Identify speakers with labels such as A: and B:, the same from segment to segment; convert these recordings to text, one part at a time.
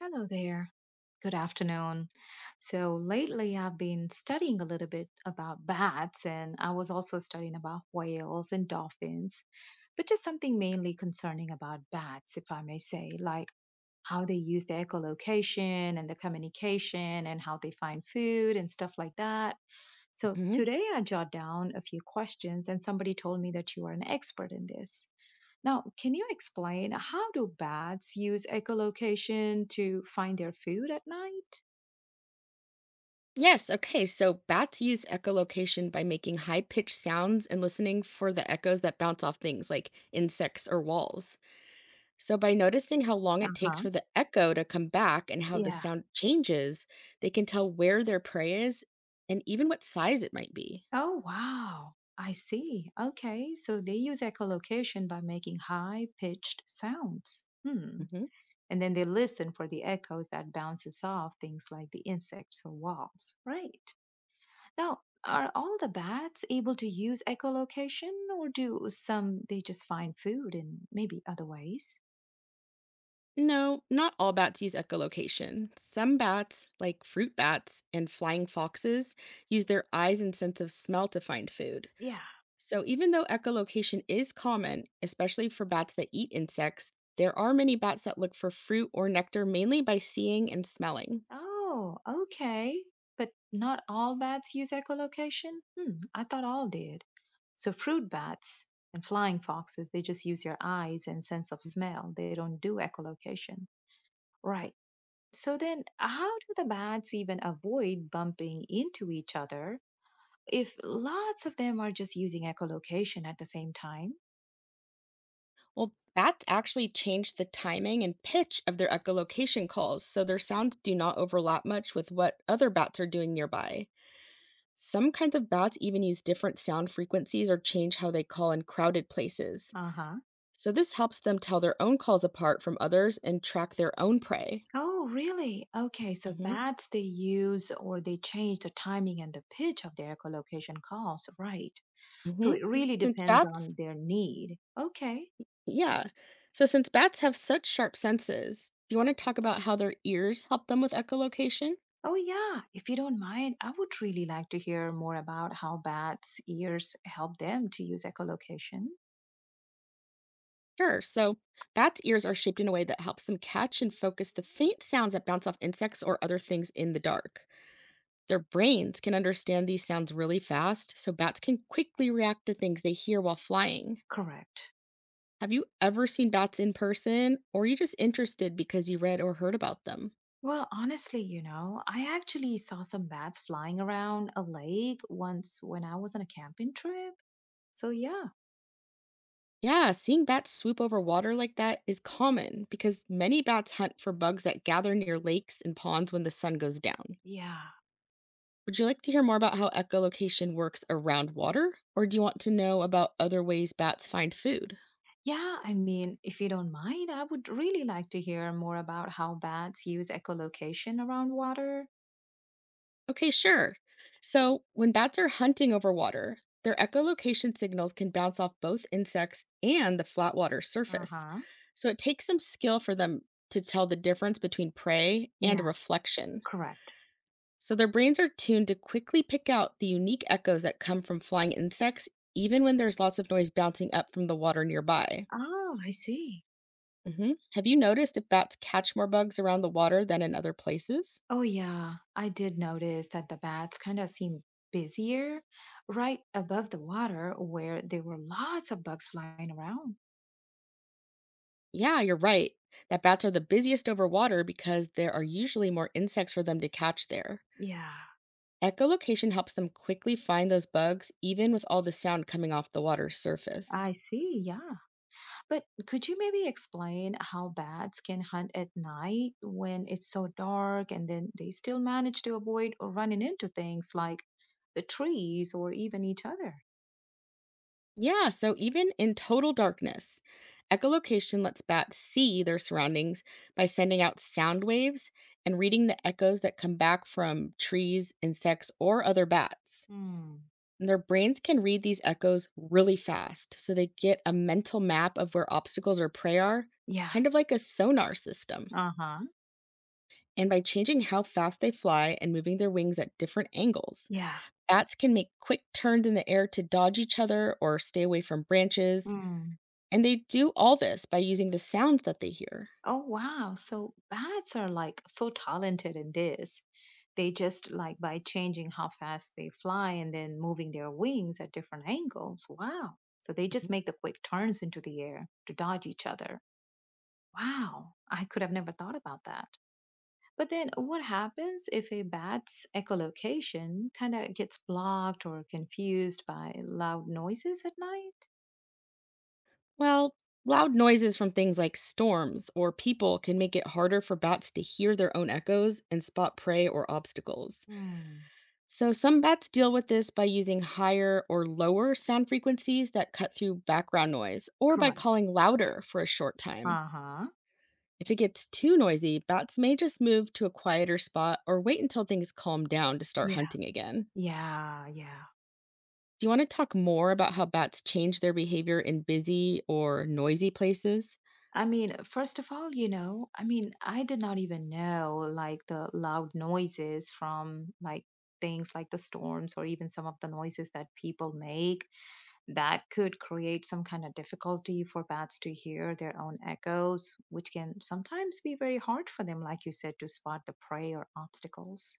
A: Hello there. Good afternoon. So lately I've been studying a little bit about bats and I was also studying about whales and dolphins, but just something mainly concerning about bats, if I may say, like how they use their echolocation and the communication and how they find food and stuff like that. So
B: Mhm.
A: today I jot down a few questions and somebody told me that you are an expert in this. Now, can you explain how do bats use echolocation to find their food at night?
B: Yes. Okay. So bats use echolocation by making high pitched sounds and listening for the echoes that bounce off things like insects or walls. So, by noticing how long it takes
A: Uh-huh.
B: for the echo to come back and how the
A: Yeah.
B: sound changes, they can tell where their prey is and even what size it might be.
A: Oh, wow. I see. Okay, so they use echolocation by making high-pitched sounds. Hmm.
B: Mhm.
A: And then they listen for the echoes that bounces off things like the insects or walls. Right. Now, are all the bats able to use echolocation, or do some they just find food in maybe other ways?
B: No, not all bats use echolocation. Some bats, like fruit bats and flying foxes, use their eyes and sense of smell to find food.
A: Yeah.
B: So, even though echolocation is common, especially for bats that eat insects, there are many bats that look for fruit or nectar mainly by seeing and smelling.
A: Oh, okay. But not all bats use echolocation? Hmm, I thought all did. So fruit bats and flying foxes, they just use their eyes and sense of smell. They don't do echolocation. Right. So then, how do the bats even avoid bumping into each other if lots of them are just using echolocation at the same time?
B: Well, bats actually change the timing and pitch of their echolocation calls, so their sounds do not overlap much with what other bats are doing nearby. Some kinds of bats even use different sound frequencies or change how they call in crowded places.
A: Uh-huh.
B: So, this helps them tell their own calls apart from others and track their own prey.
A: Oh, really? Okay, so
B: Hmm
A: bats they use or they change the timing and the pitch of their echolocation calls, right? So
B: hmm
A: it really
B: since
A: depends
B: bats
A: on their need. Okay.
B: Yeah. So since bats have such sharp senses, do you want to talk about how their ears help them with echolocation?
A: Oh, yeah. If you don't mind, I would really like to hear more about how bats' ears help them to use echolocation.
B: Sure. So bats' ears are shaped in a way that helps them catch and focus the faint sounds that bounce off insects or other things in the dark. Their brains can understand these sounds really fast, so bats can quickly react to things they hear while flying.
A: Correct.
B: Have you ever seen bats in person, or are you just interested because you read or heard about them?
A: Well, honestly, I actually saw some bats flying around a lake once when I was on a camping trip. So, yeah,
B: Yeah, seeing bats swoop over water like that is common because many bats hunt for bugs that gather near lakes and ponds when the sun goes down.
A: yeah.
B: Would you like to hear more about how echolocation works around water, or do you want to know about other ways bats find food?
A: Yeah, if you don't mind, I would really like to hear more about how bats use echolocation around water.
B: Okay, sure. So, when bats are hunting over water, their echolocation signals can bounce off both insects and the flat water
A: Uh
B: surface.
A: huh.
B: So, it takes some skill for them to tell the difference between prey and a
A: Yeah,
B: reflection.
A: correct.
B: So their brains are tuned to quickly pick out the unique echoes that come from flying insects, even when there's lots of noise bouncing up from the water nearby.
A: Oh, I see.
B: Have you noticed if bats catch more bugs around the water than in other places?
A: Oh, yeah. I did notice that the bats kind of seemed busier right above the water where there were lots of bugs flying around.
B: Yeah, you're right. That bats are the busiest over water because there are usually more insects for them to catch there.
A: Yeah,
B: Echolocation helps them quickly find those bugs, even with all the sound coming off the water's surface.
A: I see. Yeah. But could you maybe explain how bats can hunt at night when it's so dark and then they still manage to avoid or running into things like the trees or even each other?
B: Yeah, so even in total darkness, echolocation lets bats see their surroundings by sending out sound waves and reading the echoes that come back from trees, insects, or other bats.
A: Hmm.
B: And their brains can read these echoes really fast, so they get a mental map of where obstacles or prey are,
A: Yeah.
B: kind of like a sonar system.
A: Uh huh.
B: And by changing how fast they fly and moving their wings at different angles,
A: Yeah.
B: bats can make quick turns in the air to dodge each other or stay away from branches. And they do all this by using the sounds that they hear.
A: Oh, wow. So bats are like so talented in this. They just like by changing how fast they fly and then moving their wings at different angles. Wow. So they just make the quick turns into the air to dodge each other. Wow. I could have never thought about that. But then what happens if a bat's echolocation kind of gets blocked or confused by loud noises at night?
B: Well, loud noises from things like storms or people can make it harder for bats to hear their own echoes and spot prey or obstacles.
A: Hmm.
B: So some bats deal with this by using higher or lower sound frequencies that cut through background noise or by
A: Correct.
B: calling louder for a short time.
A: Uh-huh.
B: If it gets too noisy, bats may just move to a quieter spot or wait until things calm down to start
A: Yeah.
B: hunting again.
A: Yeah. Yeah.
B: Do you want to talk more about how bats change their behavior in busy or noisy places?
A: First of all, I did not even know like the loud noises from like things like the storms or even some of the noises that people make that could create some kind of difficulty for bats to hear their own echoes, which can sometimes be very hard for them, like you said, to spot the prey or obstacles.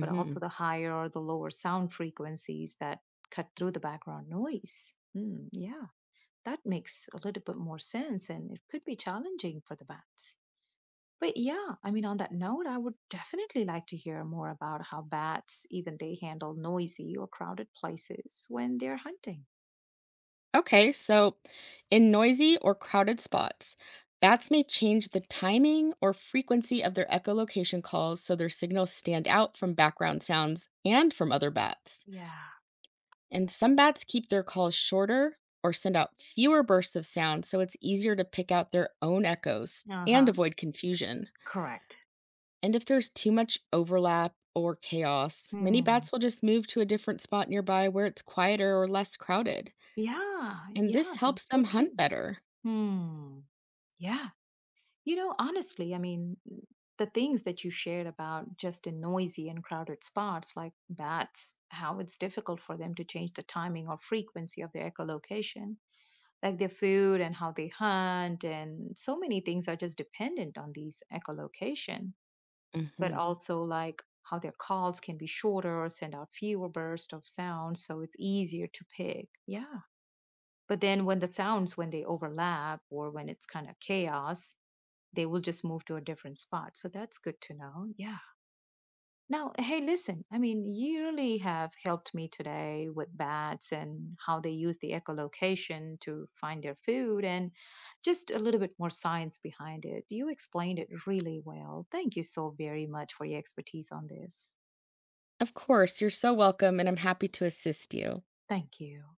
A: But also the higher or the lower sound frequencies that cut through the background noise. Mm, yeah, that makes a little bit more sense and it could be challenging for the bats. But yeah, on that note, I would definitely like to hear more about how bats even they handle noisy or crowded places when they're hunting.
B: Okay, so in noisy or crowded spots, bats may change the timing or frequency of their echolocation calls so their signals stand out from background sounds and from other bats.
A: Yeah,
B: And some bats keep their calls shorter or send out fewer bursts of sound so it's easier to pick out their own echoes and
A: uh-huh,
B: avoid confusion.
A: correct.
B: And if there's too much overlap or chaos, many
A: Hmm.
B: bats will just move to a different spot nearby where it's quieter or less crowded.
A: Yeah,
B: And this
A: yeah, that's
B: helps them
A: so
B: hunt
A: true.
B: better.
A: Hmm. Yeah. Honestly, the things that you shared about just in noisy and crowded spots like bats, how it's difficult for them to change the timing or frequency of their echolocation, like their food and how they hunt, and so many things are just dependent on these echolocation, but
B: Mhm.
A: also like how their calls can be shorter or send out fewer bursts of sound, so it's easier to pick. Yeah. But then when the sounds, when they overlap or when it's kind of chaos, they will just move to a different spot. So that's good to know. Yeah. Now, hey, listen, you really have helped me today with bats and how they use the echolocation to find their food and just a little bit more science behind it. You explained it really well. Thank you so very much for your expertise on this.
B: Of course, you're so welcome, and I'm happy to assist you.
A: Thank you.